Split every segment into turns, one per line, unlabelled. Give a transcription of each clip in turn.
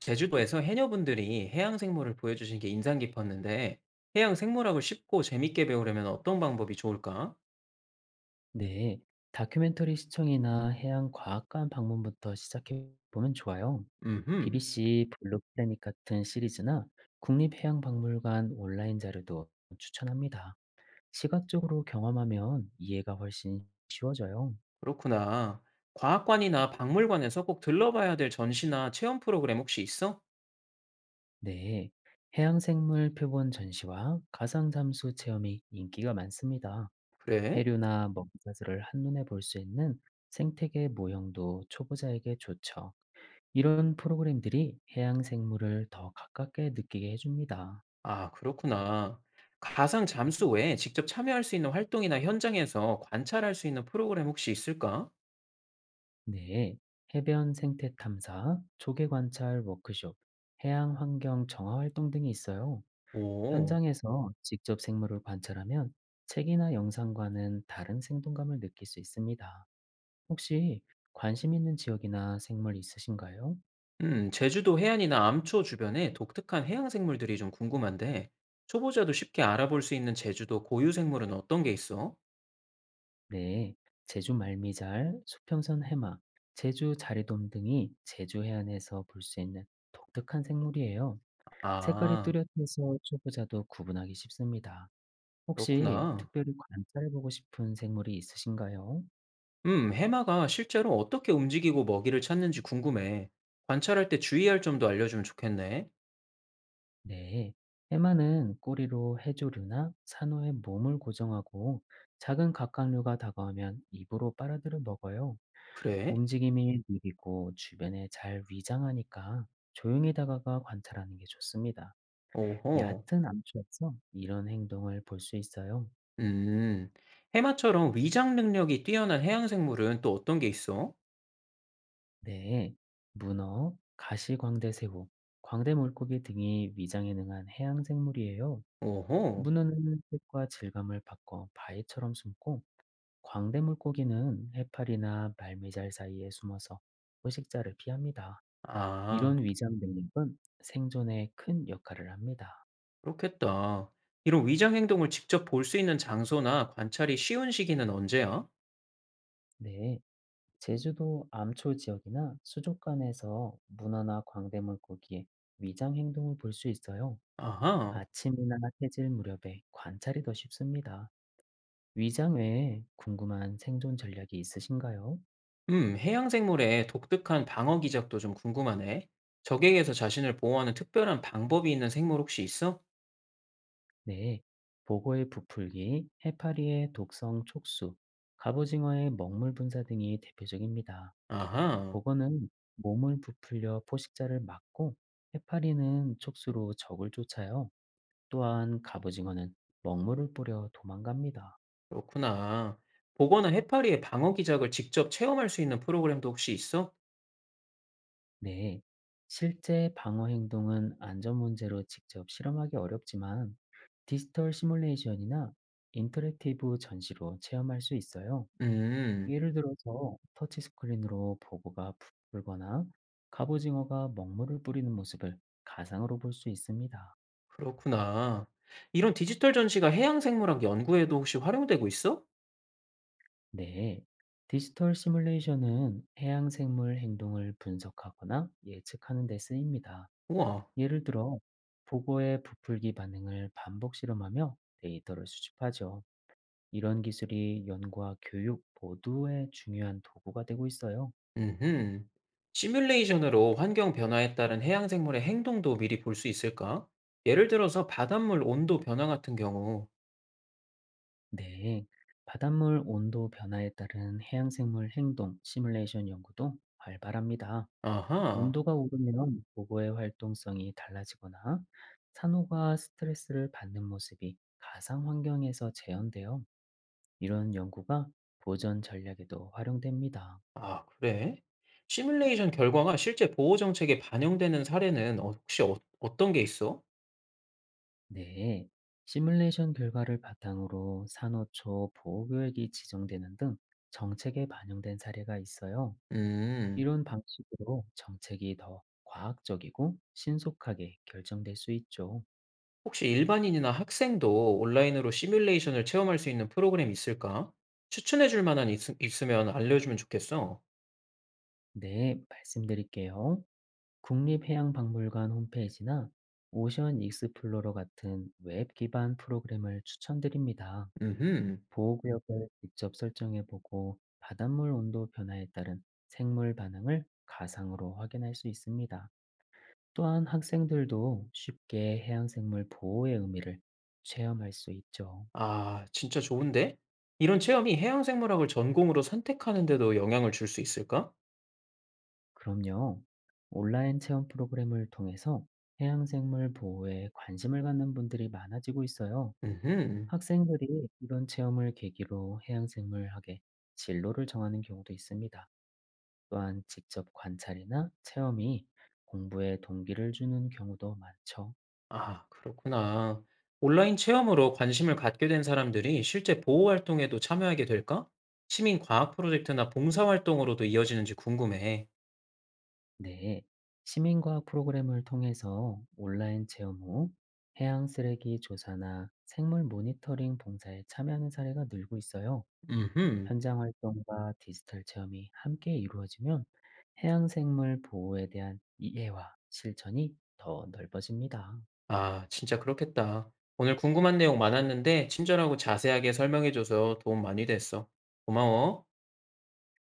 제주도에서 해녀분들이 해양 생물을 보여주신 게 인상 깊었는데, 해양 생물학을 쉽고 재밌게 배우려면 어떤 방법이 좋을까?
네, 다큐멘터리 시청이나 해양 과학관 방문부터 시작해 보면 좋아요.
음흠,
BBC 블루 플래닛 같은 시리즈나 국립해양박물관 온라인 자료도 추천합니다. 시각적으로 경험하면 이해가 훨씬 쉬워져요.
그렇구나. 과학관이나 박물관에서 꼭 들러봐야 될 전시나 체험 프로그램 혹시 있어?
네, 해양생물 표본 전시와 가상잠수 체험이 인기가 많습니다.
그래?
해류나 먹이사슬을 한눈에 볼 수 있는 생태계 모형도 초보자에게 좋죠. 이런 프로그램들이 해양 생물을 더 가깝게 느끼게 해줍니다.
아, 그렇구나. 가상 잠수 외에 직접 참여할 수 있는 활동이나 현장에서 관찰할 수 있는 프로그램 혹시 있을까?
네, 해변 생태 탐사, 조개 관찰 워크숍, 해양 환경 정화 활동 등이 있어요.
오.
현장에서 직접 생물을 관찰하면 책이나 영상과는 다른 생동감을 느낄 수 있습니다. 혹시 관심 있는 지역이나 생물 있으신가요?
제주도 해안이나 암초 주변에 독특한 해양 생물들이 좀 궁금한데, 초보자도 쉽게 알아볼 수 있는 제주도 고유 생물은 어떤 게 있어?
네, 제주 말미잘, 수평선 해마, 제주 자리돔 등이 제주 해안에서 볼 수 있는 독특한 생물이에요. 색깔이
아,
뚜렷해서 초보자도 구분하기 쉽습니다. 혹시
그렇구나.
특별히 관찰해보고 싶은 생물이 있으신가요?
해마가 실제로 어떻게 움직이고 먹이를 찾는지 궁금해. 관찰할 때 주의할 점도 알려주면 좋겠네.
네, 해마는 꼬리로 해조류나 산호의 몸을 고정하고 작은 갑각류가 다가오면 입으로 빨아들여 먹어요.
그래?
움직임이 느리고 주변에 잘 위장하니까 조용히 다가가 관찰하는 게 좋습니다.
오호.
얕은 암초에서 이런 행동을 볼 수 있어요.
음, 해마처럼 위장 능력이 뛰어난 해양 생물은 또 어떤 게 있어?
네, 문어, 가시광대새우, 광대물고기 등이 위장에 능한 해양생물이에요.
오호.
문어는 색과 질감을 바꿔 바위처럼 숨고, 광대물고기는 해파리나 말미잘 사이에 숨어서 포식자를 피합니다.
아.
이런 위장 능력은 생존에 큰 역할을 합니다.
그렇겠다. 이런 위장 행동을 직접 볼 수 있는 장소나 관찰이 쉬운 시기는 언제야?
네. 제주도 암초 지역이나 수족관에서 문어나 광대물고기, 의 위장 행동을 볼 수 있어요.
아하.
아침이나 해질 무렵에 관찰이 더 쉽습니다. 위장 외에 궁금한 생존 전략이 있으신가요?
해양 생물의 독특한 방어 기작도 좀 궁금하네. 적에게서 자신을 보호하는 특별한 방법이 있는 생물 혹시 있어?
네. 보고의 부풀기, 해파리의 독성 촉수, 갑오징어의 먹물 분사 등이 대표적입니다.
아하.
보고는 몸을 부풀려 포식자를 막고, 해파리는 촉수로 적을 쫓아요. 또한 갑오징어는 먹물을 뿌려 도망갑니다.
그렇구나. 보거나 해파리의 방어 기작을 직접 체험할 수 있는 프로그램도 혹시 있어?
네. 실제 방어 행동은 안전 문제로 직접 실험하기 어렵지만 디지털 시뮬레이션이나 인터랙티브 전시로 체험할 수 있어요.
음,
예를 들어서 터치 스크린으로 보고가 부풀거나 갑오징어가 먹물을 뿌리는 모습을 가상으로 볼 수 있습니다.
그렇구나. 이런 디지털 전시가 해양 생물학 연구에도 혹시 활용되고 있어?
네. 디지털 시뮬레이션은 해양 생물 행동을 분석하거나 예측하는 데 쓰입니다.
우와.
예를 들어 보고의 부풀기 반응을 반복 실험하며 데이터를 수집하죠. 이런 기술이 연구와 교육 모두의 중요한 도구가 되고 있어요.
음흠. 시뮬레이션으로 환경 변화에 따른 해양 생물의 행동도 미리 볼 수 있을까? 예를 들어서 바닷물 온도 변화 같은 경우.
네. 바닷물 온도 변화에 따른 해양생물 행동 시뮬레이션 연구도 활발합니다.
아하.
온도가 오르면 보고의 활동성이 달라지거나 산호가 스트레스를 받는 모습이 가상 환경에서 재현되어 이런 연구가 보전 전략에도 활용됩니다.
아, 그래? 시뮬레이션 결과가 실제 보호 정책에 반영되는 사례는 어떤 게 있어?
네, 시뮬레이션 결과를 바탕으로 산호초 보호구역이 지정되는 등 정책에 반영된 사례가 있어요.
음.
이런 방식으로 정책이 더 과학적이고 신속하게 결정될 수 있죠.
혹시 일반인이나 학생도 온라인으로 시뮬레이션을 체험할 수 있는 프로그램 있을까? 추천해 줄 만한 있으면 알려주면 좋겠어.
네, 말씀드릴게요. 국립해양박물관 홈페이지나 오션 익스플로러 같은 웹 기반 프로그램을 추천드립니다.
음흠.
보호구역을 직접 설정해보고 바닷물 온도 변화에 따른 생물 반응을 가상으로 확인할 수 있습니다. 또한 학생들도 쉽게 해양생물 보호의 의미를 체험할 수 있죠.
아, 진짜 좋은데? 이런 체험이 해양 생물학을 전공으로 선택하는 데도 영향을 줄 수 있을까?
그럼요. 온라인 체험 프로그램을 통해서 해양생물 보호에 관심을 갖는 분들이 많아지고 있어요.
음.
학생들이 이런 체험을 계기로 해양생물학의 진로를 정하는 경우도 있습니다. 또한 직접 관찰이나 체험이 공부에 동기를 주는 경우도 많죠.
아, 그렇구나. 온라인 체험으로 관심을 갖게 된 사람들이 실제 보호 활동에도 참여하게 될까? 시민 과학 프로젝트나 봉사 활동으로도 이어지는지 궁금해.
네. 시민과학 프로그램을 통해서 온라인 체험 후 해양 쓰레기 조사나 생물 모니터링 봉사에 참여하는 사례가 늘고 있어요.
음.
현장 활동과 디지털 체험이 함께 이루어지면 해양 생물 보호에 대한 이해와 실천이 더 넓어집니다.
아, 진짜 그렇겠다. 오늘 궁금한 내용 많았는데 친절하고 자세하게 설명해줘서 도움 많이 됐어. 고마워.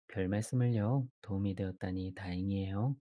별 말씀을요. 도움이 되었다니 다행이에요.